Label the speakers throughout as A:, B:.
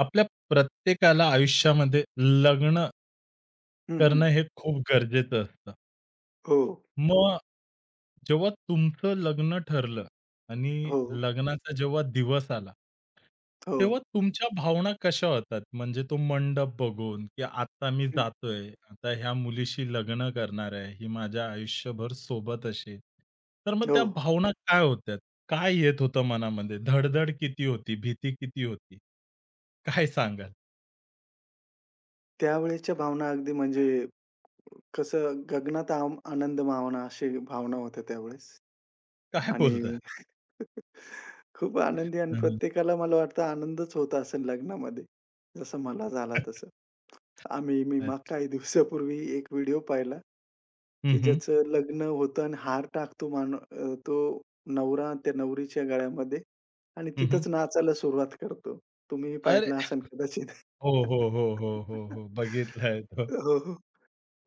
A: आपल्या प्रत्येकाला आयुष्यामध्ये लग्न
B: हं, हं.
A: करणं हे खूप गरजेचं असतं.
B: हो,
A: मग जेव्हा तुमचं लग्न ठरलं आणि
B: हो,
A: लग्नाचा जेव्हा दिवस आला,
B: हो,
A: तेव्हा तुमच्या भावना कशा होतात? म्हणजे तो मंडप बघून, की आता मी
B: हं,
A: जातोय, आता ह्या मुलीशी लग्न करणार आहे, ही माझ्या आयुष्यभर सोबत असेल. तर मग
B: हो.
A: त्या भावना काय होत्या? काय येत होतं मनामध्ये? धडधड किती होती? भीती किती होती? काय सांगाल?
B: त्यावेळेच्या भावना अगदी कसं गगनात आनंद मावना अशी भावना होत्या त्यावेळेस
A: काय
B: आणि
A: बोलता?
B: खूप आनंदी आणि
A: हं, हं.
B: प्रत्येकाला मला वाटतं आनंदच होत असेल लग्नामध्ये. जसं मला झाला तसं. मी मग
A: अच्छा.
B: काही दिवसापूर्वी एक व्हिडिओ पाहिला,
A: हं,
B: की
A: हं.
B: ज्याचं लग्न होतं आणि हार टाकतो तो नवरा त्या नवरीच्या गळ्यामध्ये आणि
A: हं, हं.
B: तिथंच नाचायला सुरुवात करतो. तुम्हीही
A: अरे!
B: पाहिलं असेल कदाचित.
A: हो, हो, हो, हो, हो, हो. बघितलाय तो.
B: हो, हो.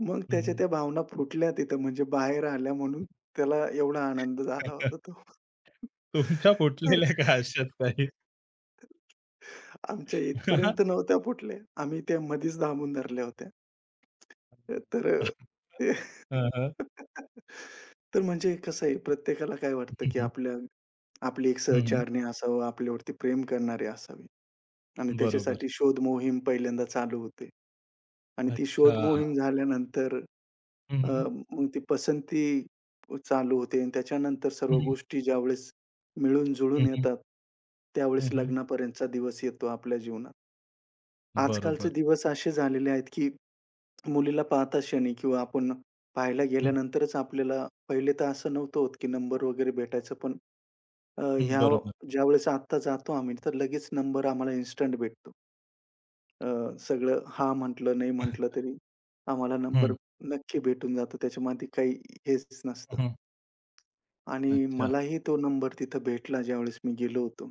B: मग
A: हं,
B: त्याच्या
A: हं.
B: त्या भावना फुटल्या तिथं म्हणजे बाहेर आल्या म्हणून त्याला एवढा आनंद झाला होता तो.
A: तुमच्या
B: तर
A: फुटलेल्या का
B: ते-
A: अशात काही?
B: आमच्या इथपर्यंत नव्हत्या फुटल्या. आम्ही त्या मधीच दाबून धरल्या होत्या. तर अ, ते
A: हां, हां.
B: तर म्हणजे कसं आहे, प्रत्येकाला काय वाटतं,
A: हं,
B: की
A: हं.
B: आपल्या आपली एक
A: हं, हं.
B: सहचारणी असावं, आपल्यावरती प्रेम करणारे असावे आणि
A: बरोबर.
B: त्याच्यासाठी शोध मोहीम पहिल्यांदा चालू होते. आणि ती शोध मोहीम
A: अच्छा.
B: झाल्यानंतर
A: हं,
B: अ,
A: हं.
B: मग ती पसंती चालू होते आणि त्याच्यानंतर
A: हं,
B: सर्व
A: हं.
B: गोष्टी ज्यावेळेस
A: हं,
B: मिळून-जुळून
A: हं.
B: येतात,
A: हं,
B: त्यावेळेस
A: हं.
B: लग्नापर्यंतचा दिवस येतो आपल्या जीवनात. आजकालचे
A: बरोबर.
B: दिवस असे झालेले आहेत, की मुलीला पाहता क्षणी किंवा आपण पाहायला
A: हं,
B: गेल्यानंतरच आपल्याला पहिले तर असं नव्हतं होत, की नंबर वगैरे भेटायचं. पण अ,
A: हं.
B: ह्या
A: बरोबर.
B: ज्यावेळेस आत्ता जातो आम्ही, तर लगेच नंबर आम्हाला इन्स्टंट भेटतो. अ, सगळं हां म्हटलं, नाही म्हटलं तरी आम्हाला
A: हं,
B: नंबर नक्की भेटून जातो. त्याच्यामध्ये काही हेच नसतं
A: हं.
B: आणि
A: अच्छा.
B: मलाही तो नंबर तिथं भेटला ज्यावेळेस मी गेलो होतो.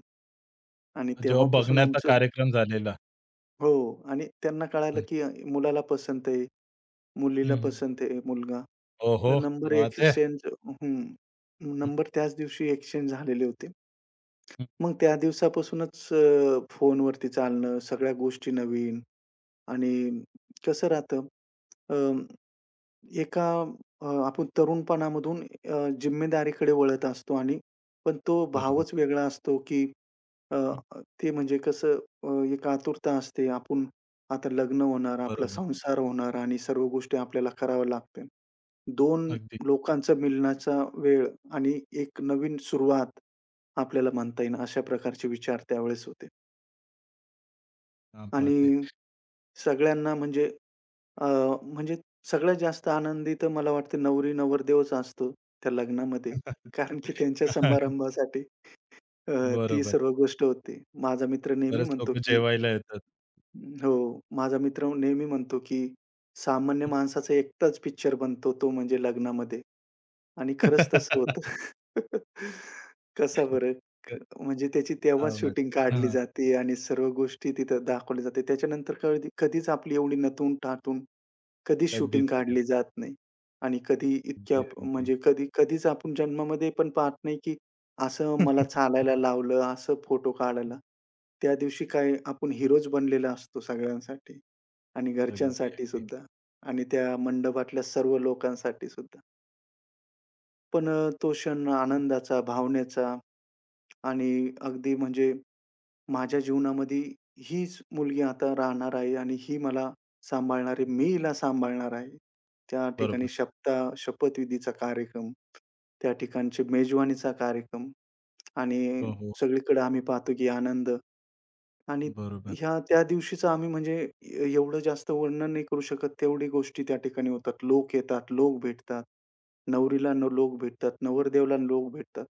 B: आणि
A: जेव्हा
B: तेव्हापासून
A: बघण्याचा
B: आमचं
A: कार्यक्रम झालेला.
B: हो आणि त्यांना कळालं,
A: हं.
B: की मुलाला पसंत आहे. मुलीला
A: हं, हं.
B: पसंत आहे मुलगा.
A: ओहो!
B: तर
A: क्या
B: नंबर
A: बात है!
B: एक्सचेंज हं.
A: हं,
B: नंबर त्याच दिवशी एक्सचेंज झालेले होते.
A: हं.
B: मग त्या दिवसापासूनच फोनवरती चालणं, सगळ्या गोष्टी नवीन आणि कसं राहतं एका आपण तरुणपणामधून जिम्मेदारीकडे वळत असतो आणि पण तो
A: बरोबर.
B: भावच वेगळा असतो, की अ,
A: हं.
B: ते म्हणजे कसं, एक आतुरता असते. आपण आता लग्न होणार, आपला
A: बरोबर.
B: संसार होणार आणि सर्व गोष्टी आपल्याला कराव्या लागतील. 2
A: अगदी
B: लोकांचा मिलनाचा वेळ आणि एक नवीन सुरुवात आपल्याला म्हणता येईल, अशा प्रकारचे विचार त्यावेळेस होते.
A: क्या बात
B: आणि
A: है!
B: सगळ्यांना अ, म्हणजे सगळ्यात जास्त आनंदी तर मला वाटतं नवरी-नवरदेवच असतो त्या लग्नामध्ये. कारण की त्यांच्या समारंभासाठी अ, ती
A: बरोबर.
B: सर्व गोष्ट होते. माझा मित्र नेहमी
A: बरेच
B: म्हणतो,
A: लोकं
B: की
A: जेवायला येतात.
B: हो, माझा मित्र नेहमी म्हणतो, की सामान्य माणसाचा एकटाच पिक्चर बनतो तो म्हणजे लग्नामध्ये आणि खरंच तसं होतं. कसा बरं? म्हणजे त्याची
A: क्या
B: तेव्हाच
A: बात!
B: शूटिंग काढली
A: हां.
B: जाते आणि सर्व गोष्टी तिथं दाखवल्या जाते. त्याच्यानंतर कधी कधीच आपली एवढी नटून-थाटून कधीच शूटिंग
A: कधीच नाही.
B: काढली जात नाही आणि कधी इतक्या
A: अगदी, अगदी.
B: म्हणजे कधी कधीच आपण जन्मामध्ये पण पाहत नाही, की असं मला चालायला लावलं, असं फोटो काढायला. त्या दिवशी काय आपण हिरोज बनलेला असतो सगळ्यांसाठी आणि
A: अगदी,
B: घरच्यांसाठी
A: अगदी.
B: सुद्धा आणि त्या मंडपातल्या सर्व लोकांसाठी सुद्धा. पण तो क्षण आनंदाचा, भावनेचा आणि अगदी म्हणजे माझ्या जीवनामध्ये हीच मुलगी आता राहणार आहे आणि ही मला सांभाळणार आहे. मी हिला सांभाळणार आहे. त्या ठिकाणी
A: बरोबर.
B: शपथविधीचा कार्यक्रम, त्या ठिकाणचे मेजवानीचा कार्यक्रम आणि
A: हो, हो.
B: सगळीकडे आम्ही पाहतो की आनंद आणि
A: बरोबर,
B: ह्या त्या दिवशीचं आम्ही म्हणजे एवढं जास्त वर्णन नाही करू शकत, तेवढी गोष्टी त्या ठिकाणी होतात. लोक येतात, लोक भेटतात. नवरीला लोक भेटतात, नवरदेवाला लोक भेटतात.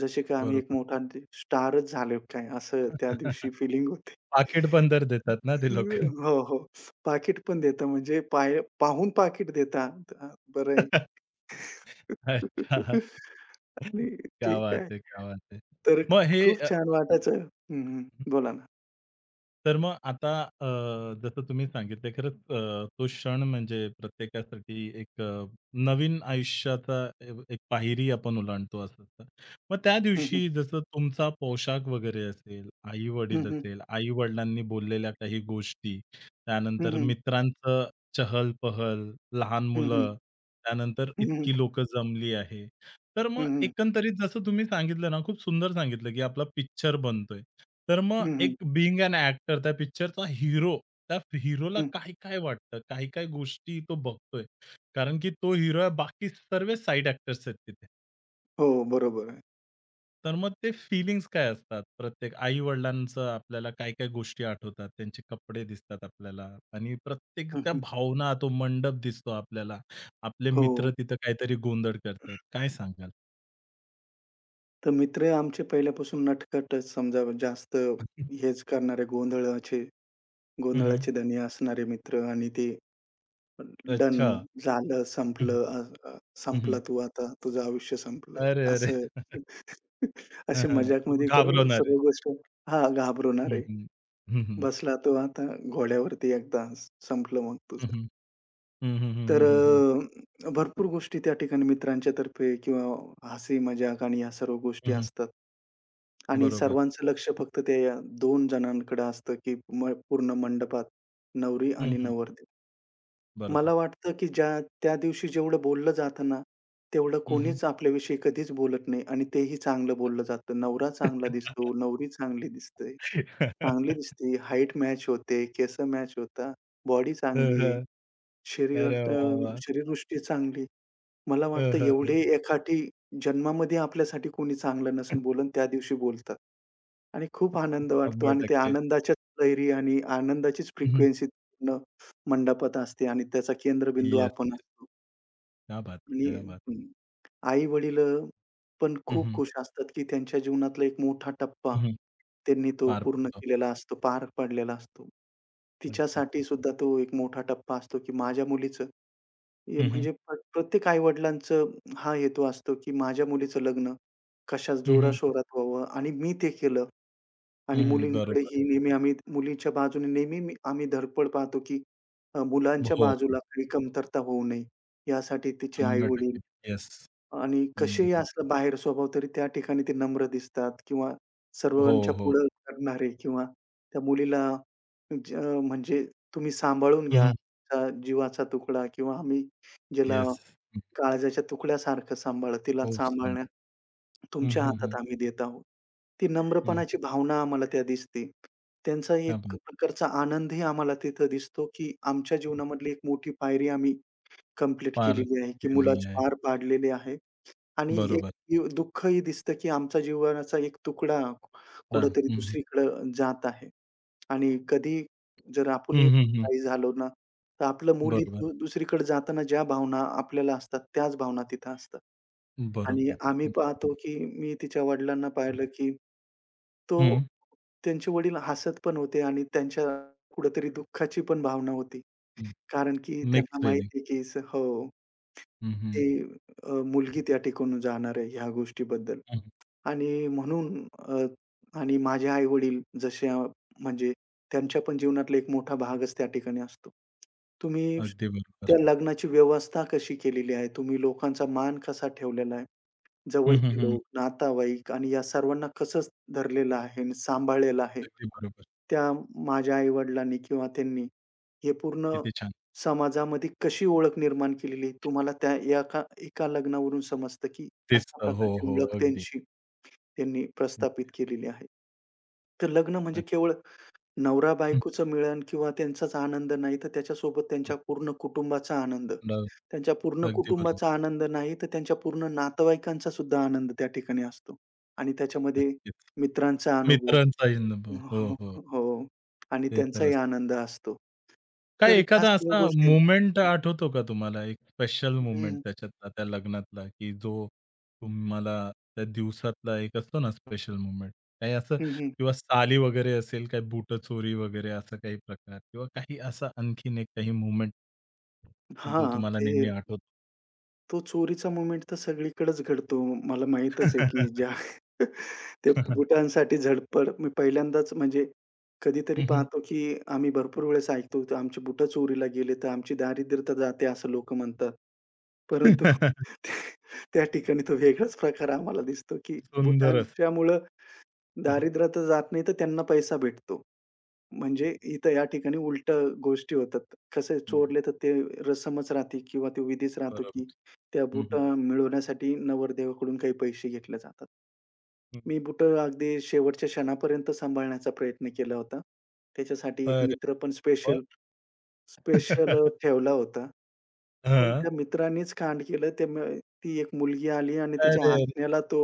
B: जसे की आम्ही एक
A: बरोबर.
B: मोठा स्टारच झालो काय, असं त्या दिवशी फीलिंग होते.
A: पाकीट बंदर देतात ना ते लोकं.
B: हो, हो. पाकीट पण देता म्हणजे पाय पाहून पाकीट देता. बरं आहे.
A: अच्छा.
B: आणि
A: क्या
B: ठीक
A: बात
B: आहे.
A: है! क्या बात है!
B: तर
A: मग हे
B: खूप छान वाटायचं. हं, हं. बोला ना.
A: तर मग आता जसं तुम्ही सांगितलं खरंच तो क्षण म्हणजे प्रत्येकासाठी एक नवीन आयुष्याचा एक पायरी आपण ओलांडतो असं असतं. मग त्या
B: हं, हं.
A: दिवशी जसं तुमचा पोशाख वगैरे असेल,
B: हं,
A: आई-वडील
B: हं.
A: असेल, आई-वडिलांनी बोललेल्या काही गोष्टी, त्यानंतर
B: हं,
A: मित्रांचं चहल-पहल, लहान
B: हं, हं.
A: मुलं, त्यानंतर
B: हं, हं.
A: इतकी लोकं जमली आहे. तर मग
B: हं, हं.
A: एकंदरीत जसं तुम्ही सांगितलं ना, खूप सुंदर सांगितलं, की आपला पिक्चर बनतोय. तर मग
B: हं,
A: एक
B: हं.
A: बिंग एन एक्टर त्या पिक्चरचा हिरो, त्या हिरोला
B: हं.
A: काय-काय वाटतं? काही-काही गोष्टी तो बघतोय. कारण की तो हिरो आहे, बाकी सर्व साइड एक्टर्स आहेत तिथे.
B: हो, बरोबर आहे.
A: तर मग ते फीलिंग्स काय असतात? प्रत्येक आई-वडिलांचं आपल्याला काय-काय गोष्टी आठवतात, त्यांचे कपडे दिसतात आपल्याला आणि प्रत्येक
B: हं,
A: त्या
B: हं.
A: भावना, तो मंडप दिसतो आपल्याला. आपले
B: हो.
A: मित्र तिथं काहीतरी गोंधळ करतात. काय सांगाल?
B: तर मित्र आमचे पहिल्यापासून नटखटच समजा जास्त हेच करणारे गोंधळाचे
A: हं,
B: गोंधळाचे धनी असणारे मित्र आणि ते डन
A: अच्छा.
B: झालं,
A: हं, हं.
B: संपलं, अ, अ,
A: हं,
B: संपला
A: हं.
B: तू आता, तुझं आयुष्य संपलं.
A: अरे, अरे!
B: असं
A: हं,
B: असे
A: हं.
B: मजाकमध्ये
A: घाबरवणारे.
B: सर्व गोष्ट हां,
A: हं,
B: घाबरवणारे.
A: हं. हं, हं.
B: बसला तो आता घोड्यावरती एकदा, संपलं मग
A: हं,
B: तुझं.
A: हं. हं, हं, हं,
B: तर
A: हं, हं, हं.
B: भरपूर गोष्टी त्या ठिकाणी मित्रांच्या तर्फे किंवा हसी मजाक आणि ह्या सर्व
A: हं,
B: गोष्टी
A: हं.
B: असतात आणि
A: बरोबर.
B: सर्वांचं लक्ष फक्त त्या दोन जणांकडे असतं, की पूर्ण मंडपात नवरी
A: हं,
B: आणि
A: हं.
B: नवरदेव.
A: बरोबर.
B: मला वाटतं, की ज्या त्या दिवशी जेवढं बोललं जातं ना, तेवढं
A: हं, हं.
B: कोणीच आपल्याविषयी कधीच बोलत नाही आणि तेही चांगलं बोललं जातं. नवरा चांगला दिसतो, नवरी चांगली दिसते चांगली दिसते, हाईट मॅच होते, केस मॅच होतात, बॉडी
A: हं,
B: चांगली आहे,
A: हं. अरे
B: शरीरात
A: वाह, वाह!
B: चांगली. मला
A: हं,
B: वाटतं
A: हं,
B: एवढे
A: हं.
B: हं. जन्मामध्ये आपल्यासाठी कोणी चांगलं नसेल बोलून त्या दिवशी बोलतात आणि खूप आनंद वाटतो आणि त्या
A: 100%
B: आनंदाच्याच लहरी आणि आनंदाचीच
A: हं, हं.
B: फ्रिक्वेन्सी पूर्ण मंडपात असते आणि त्याचा केंद्रबिंदू
A: येस,
B: आपण
A: येस.
B: असतो
A: क्या बात
B: आणि
A: है! क्या बात
B: हं, आई-वडील पण
A: हं,
B: खूप
A: हं.
B: खुश असतात, की त्यांच्या जीवनातला एक मोठा टप्पा
A: हं, हं.
B: त्यांनी तो
A: पार
B: पूर्ण
A: पडतो.
B: केलेला असतो, पार पाडलेला असतो.
A: अगदीच.
B: तिच्यासाठी सुद्धा तो एक मोठा टप्पा असतो, की माझ्या मुलीचं हे
A: हं, हं.
B: म्हणजे प्रत्येक आई-वडिलांचा हा हेतू असतो, की माझ्या मुलीचं लग्न कशा
A: हं, हं.
B: जोराशोरात व्हावं आणि मी ते केलं आणि
A: हं, हं.
B: मुलींकडे
A: बरोबर.
B: ही नेहमी आम्ही मुलीच्या बाजूने नेहमी आम्ही धडपड पाहतो, की मुलांच्या
A: हो, हो.
B: बाजूला काही कमतरता होऊ नये, यासाठी तिचे आई-वडील
A: 100% येस.
B: आणि
A: हं,
B: कसेही
A: हं.
B: असलं बाहेर स्वभाव तरी त्या ठिकाणी ते नम्र दिसतात किंवा
A: हो,
B: सर्वांच्या
A: हो.
B: पुढं करणारे किंवा त्या मुलीला ज म्हणजे तुम्ही सांभाळून
A: हं,
B: घ्या,
A: हं.
B: जीवाचा तुकडा किंवा आम्ही ज्याला
A: येस. हं.
B: काळजाच्या तुकड्यासारखं सांभाळा. तिला
A: खूप छान.
B: सांभाळण्यात
A: हं,
B: तुमच्या
A: हं,
B: हातात
A: हं.
B: आम्ही देत आहोत. ती
A: हं.
B: नम्रपणाची भावना आम्हाला त्या दिसते. त्यांचा
A: क्या
B: एक
A: बात
B: प्रकारचा आनंदही आम्हाला तिथं दिसतो, की आमच्या
A: है!
B: जीवनामधली एक मोठी पायरी आम्ही कंप्लीट
A: पार
B: केलेली आहे, की
A: केली
B: मुलाचं
A: आहे.
B: पार पाडलेले आहे आणि एक
A: बरोबर.
B: दुःखही दिसतं, की आमच्या जीवनाचा एक तुकडा
A: हां,
B: कुठेतरी
A: हं, हं.
B: दुसरीकडे जात आहे. आणि कधी जर
A: हं,
B: आपणही
A: हं, हं.
B: आई झालो ना, तर आपलं मूल ही
A: बरोबर,
B: दुसरीकडे जाताना ज्या भावना आपल्याला असतात, त्याच भावना तिथं असतात. आणि
A: बरोबर,
B: आम्ही
A: बरोबर.
B: पाहतो, की मी तिच्या वडिलांना
A: हं,
B: पाहिलं, की तो
A: हं,
B: त्यांचे वडील हसत पण होते आणि त्यांच्या कुठेतरी दुःखाची पण भावना होती. कारण की
A: मिक्स
B: त्यांना
A: फीलिंग.
B: माहिती आहे, की हो,
A: हं, हं,
B: ती मुलगी त्या ठिकाणी जाणार आहे ह्या गोष्टीबद्दल.
A: हं.
B: आणि म्हणून आणि माझे आई-वडील जसे अ, म्हणजे त्यांच्या पण जीवनातला एक मोठा भागच त्या ठिकाणी असतो. तुम्ही
A: अगदी बरोबर.
B: त्या लग्नाची व्यवस्था कशी केलेली आहे? तुम्ही लोकांचा मान कसा ठेवलेला आहे?
A: हं, हं,
B: जवळचे
A: हं.
B: लोक, नातेवाईक आणि या सर्वांना कसं धरलेलं आहे आणि सांभाळलेलं आहे?
A: अगदी बरोबर.
B: त्या माझ्या आई-वडिलांनी किंवा त्यांनी हे पूर्ण
A: किती छान.
B: समाजामध्ये कशी ओळख निर्माण केलेली? तुम्हाला त्या एका एका लग्नावरून समजतं, की
A: तेच
B: अशा
A: तर. हो,
B: प्रकारची
A: हो.
B: ओळख
A: अगदी.
B: त्यांची त्यांनी
A: हं,
B: प्रस्थापित केलेली आहे. तर लग्न म्हणजे
A: अग
B: केवळ
A: हं,
B: नवरा-बायकोचं मिळन किंवा त्यांचाच आनंद नाही, तर त्याच्यासोबत
A: हं.
B: त्यांच्या पूर्ण कुटुंबाचा आनंद.
A: डा
B: त्यांच्या पूर्ण
A: अगदी
B: कुटुंबाचा
A: बरोबर.
B: आनंद नाही, तर त्यांच्या पूर्ण नातेवाईकांचा सुद्धा आनंद त्या ठिकाणी असतो. आणि त्याच्यामध्ये
A: नक्कीच.
B: मित्रांचा अनुभव
A: मित्रांचाही अनुभव. हो,
B: हो.
A: हो.
B: हो. आणि
A: ते तर
B: त्यांचाही
A: असतं.
B: आनंद असतो.
A: काय
B: तर ह्या
A: एखादा
B: सर्व
A: असा
B: गोष्टी
A: मोमेंट आठवतो का तुम्हाला? एक स्पेशल मोमेंट
B: हं,
A: त्याच्यातला, त्या लग्नातला, की जो तुम्हाला त्या दिवसातला एक असतो ना स्पेशल मोमेंट, काही असं
B: हं, हं.
A: किंवा साली वगैरे असेल, काही बुटं चोरी वगैरे असा काही प्रकार किंवा काही असा आणखीन एक काही मोमेंट जो
B: हां,
A: तुम्हाला
B: ते
A: नेहमी आठवतो?
B: तो चोरीचा मोमेंट तर सगळीकडेच घडतो. मला माहीतच आहे की ज्या ते बुटांसाठी धडपड मी पहिल्यांदाच म्हणजे कधीतरी
A: हं,
B: पाहतो, की आम्ही भरपूर वेळेस ऐकतो, तर आमची बुटं चोरीला गेले, तर आमची दारिद्र्यता जाते असं लोकं म्हणतात. परंतु त्या ठिकाणी तो वेगळाच प्रकार आम्हाला दिसतो, की
A: सुंदरच.
B: बुटांच्यामुळं
A: हं, हं.
B: दारिद्र्यता जात नाही, तर त्यांना पैसा भेटतो. म्हणजे इथं या ठिकाणी उलटं गोष्टी होतात. कसं आहे चोरले तर ते रसमच राहते किंवा तो विधीच राहतो, की
A: बरोबर.
B: त्या
A: हं, हं.
B: बुटा मिळवण्यासाठी नवरदेवाकडून काही पैसे घेतले जातात. मी बुटं अगदी शेवटच्या क्षणापर्यंत सांभाळण्याचा प्रयत्न केला होता. त्याच्यासाठी एक
A: अरे
B: मित्र पण
A: वाह!
B: स्पेशल स्पेशल
A: हां.
B: अ, ठेवला होता. पण त्या मित्रांनीच कांड केलं. ते म ती एक मुलगी आली आणि तिच्या
A: अरे! रे.
B: हसण्याला तो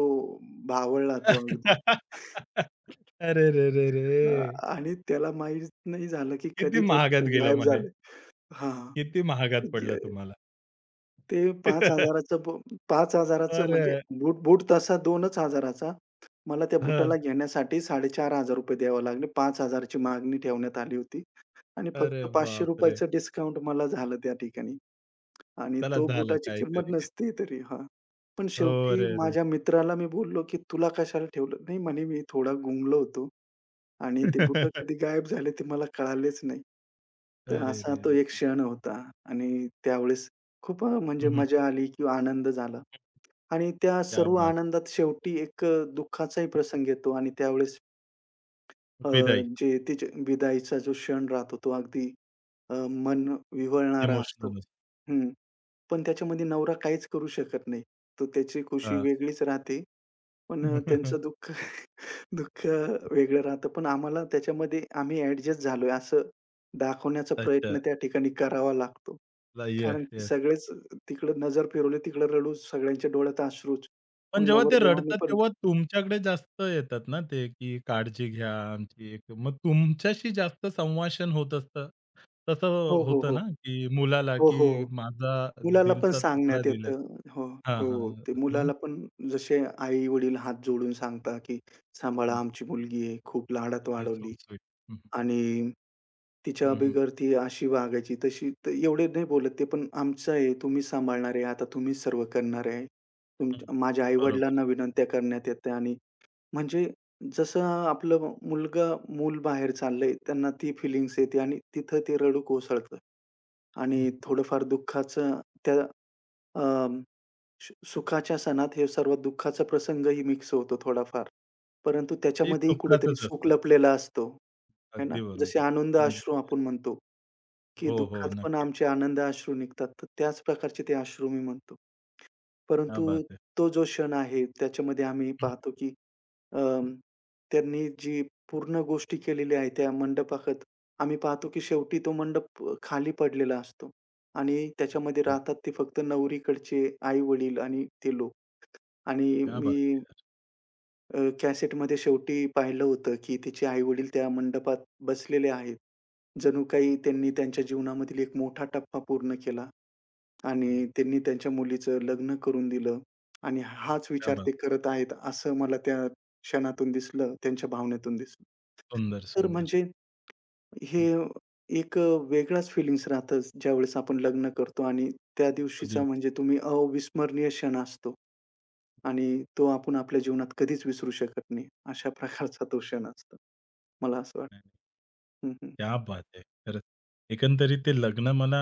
B: भावळला तो अगदी.
A: अरे रे रे
B: अ,
A: रे!
B: आणि त्याला माहीत नाही झालं, की
A: किती
B: कधी ते
A: महागात
B: कुठे
A: गेलं
B: गायब
A: मग हे?
B: झाले. हां.
A: किती महागात पडलं
B: य
A: तुम्हाला?
B: ते 5,000चं 5,000चं
A: अरे
B: म्हणजे बूट बूट तसा 2,000चा. मला त्या
A: हं.
B: बुटाला घेण्यासाठी ₹4,500 द्यावे लागले. 5,000ची मागणी ठेवण्यात आली होती आणि
A: अरे
B: फक्त
A: बापरे!
B: ₹500चं डिस्काउंट मला झालं त्या ठिकाणी आणि
A: चला
B: तो
A: झालं
B: बुटाची किंमत
A: काहीतरी.
B: नसते तरी हां. पण
A: हो
B: शेवटी
A: रे रे!
B: माझ्या मित्राला मी बोललो, की "तुला कशाला ठेवलं?" नाही म्हणे, "मी थोडा गुंगलो होतो आणि ते बुटं कधी गायब झाले ते मला कळालेच नाही. तर
A: अरे
B: असा
A: रे
B: तो
A: रे!
B: एक क्षण होता आणि त्यावेळेस खूप म्हणजे
A: हं,
B: मजा आली किंवा आनंद झाला आणि त्या
A: क्या
B: सर्व
A: बात
B: आनंदात शेवटी एक दुःखाचाही प्रसंग येतो आणि त्यावेळेस अ,
A: विदाई
B: जे तिच्या विदाईचा जो क्षण राहतो तो अगदी मन विव्हळणारा असतो.
A: इमोशनल असते.
B: हं. पण त्याच्यामध्ये नवरा काहीच करू शकत नाही. तर त्याची खुशी वेगळीच राहते. पण अ, त्यांचं दुःख दुःख वेगळं राहतं. पण आम्हाला त्याच्यामध्ये आम्ही ॲडजस्ट झालोय असं दाखवण्याचा
A: अच्छा.
B: प्रयत्न त्या ठिकाणी करावा लागतो.
A: येस,
B: कारण की
A: येस.
B: सगळेच तिकडं नजर फिरवली, तिकडं रडू, सगळ्यांच्या डोळ्यात अश्रूच.
A: पण
B: मग
A: जेव्हा ते
B: नवरदेवाने
A: रडतात,
B: पण
A: तेव्हा तुमच्याकडे जास्त येतात ना ते, की काळजी घ्या आमची. एक मग तुमच्याशी जास्त संभाषण होत असतं. तसं
B: हो, हो,
A: होतं ना,
B: हो.
A: की मुलाला,
B: हो,
A: की
B: हो.
A: माझा
B: मुलाला पण
A: दिलचा तुकडा
B: सांगण्यात
A: दिलाय.
B: येतं. हो,
A: हां,
B: हो. ते
A: हां.
B: मुलाला पण जसे आई-वडील हात जोडून सांगतात, की
A: हं,
B: "सांभाळा
A: हं.
B: आमची मुलगी आहे. खूप लाडात
A: इट इज सो
B: वाढवली
A: स्वीट. हं, हं.
B: आणि तिच्या
A: हं, हं.
B: अबिगर ती अशी वागायची, तशी. तर एवढे नाही बोलत ते, पण "आमचं आहे, तुम्ही सांभाळणार आहे, आता तुम्हीच सर्व करणार आहे.
A: हं.
B: तुमच्या माझ्या
A: बरोबर.
B: आई-वडिलांना विनंत्या करण्यात येत्या" आणि म्हणजे जसं आपलं मूल बाहेर चाललंय, त्यांना ती फीलिंग्स येते आणि तिथं ते रडू कोसळतं. आणि
A: हं.
B: थोडंफार दुःखाचं त्या अ, सु सुखाच्या सणात हे सर्व दुःखाचा प्रसंगही मिक्स होतो थोडाफार. परंतु
A: ते
B: त्याच्यामध्येही कुठेतरी
A: सुखाचंच
B: सुख
A: असतं.
B: लपलेला असतो, है ना?
A: अगदी
B: जसे
A: बरोबर.
B: आनंद
A: हं.
B: अश्रू आपण म्हणतो, की
A: हो, हो.
B: दुःखात पण
A: नक्कीच.
B: आमचे आनंद अश्रू निघतात. तर त्याच प्रकारचे ते अश्रू मी म्हणतो.
A: क्या
B: परंतु
A: बात है!
B: तो जो क्षण आहे, त्याच्यामध्ये आम्ही
A: हं,
B: पाहतो की अं, त्यांनी जी पूर्ण गोष्टी केलेल्या आहेत त्या मंडपाखत, आम्ही पाहतो की शेवटी तो मंडप खाली पडलेला असतो आणि त्याच्यामध्ये
A: हं.
B: राहतात ते फक्त नवरीकडचे आई-वडील आणि ते लोक. आणि
A: क्या बात
B: मी
A: है!
B: कॅसेटमध्ये शेवटी पाहिलं होतं की तिचे आई-वडील त्या मंडपात बसलेले आहेत. जणू काही त्यांनी त्यांच्या जीवनामधील एक मोठा टप्पा पूर्ण केला.
A: हो,
B: आणि त्यांनी त्यांच्या मुलीचं लग्न करून दिलं आणि हाच
A: क्या
B: विचार
A: बात
B: ते
A: है!
B: करत आहेत, असं मला त्या क्षणातून दिसलं, त्यांच्या भावनेतून दिसलं.
A: सुंदर,
B: तर
A: सुंदर.
B: म्हणजे हे
A: हं.
B: एक वेगळाच फीलिंग्स राहतं ज्यावेळेस आपण लग्न करतो आणि त्या
A: तो
B: दिवशीचा
A: दिवस
B: म्हणजे तुम्ही अविस्मरणीय क्षण असतो आणि तो आपण आपल्या जीवनात कधीच विसरू शकत नाही. अशा प्रकारचा तो क्षण असतो. मला असं
A: नाही, नाही.
B: वाटतं. हं, हं.
A: क्या बात है! खरंच. एकंदरीत ते लग्न मला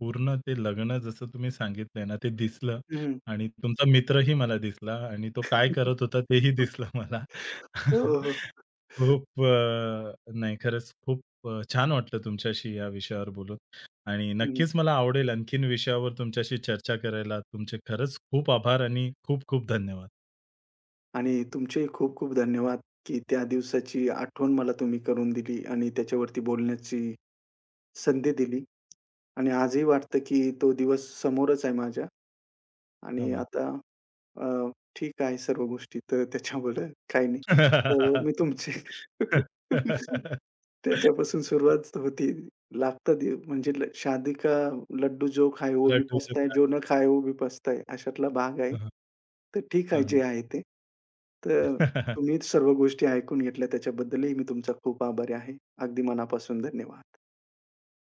A: पूर्ण ते लग्न जसं तुम्ही सांगितलंय ना, ते दिसलं आणि तुमचा मित्रही मला दिसला आणि तो काय
B: हं,
A: करत होता तेही दिसलं मला.
B: हो, हो.
A: खूप नाही खरंच खूप छान वाटलं तुमच्याशी या विषयावर बोलून आणि
B: हं.
A: नक्कीच मला आवडेल आणखीन विषयावर तुमच्याशी चर्चा करायला. तुमचे खरंच खूप आभार आणि खूप खूप धन्यवाद.
B: आणि तुमचेही खूप खूप धन्यवाद, की त्या दिवसाची आठवण मला तुम्ही करून दिली आणि त्याच्यावरती बोलण्याची संधी दिली. आणि आजही वाटतं, की तो दिवस समोरच आहे माझ्या आणि
A: आभार.
B: आता अ, ठीक आहे सर्व गोष्टी, तर त्याच्यामुळे काही नाही. तर मी तुमचे त्याच्यापासून सुरुवात होती. लागता दीव म्हणजे ल शादी का लड्डू जो खाए वो भी
A: लड्डूचं
B: पछताए,
A: काय?
B: जो न खाए वो भी पछताए अशातला भाग आहे. तर ठीक आहे जे आहे ते. तर तुम्ही सर्व गोष्टी ऐकून घेतल्या त्याच्याबद्दलही मी तुमचा खूप आभारी आहे. अगदी मनापासून धन्यवाद.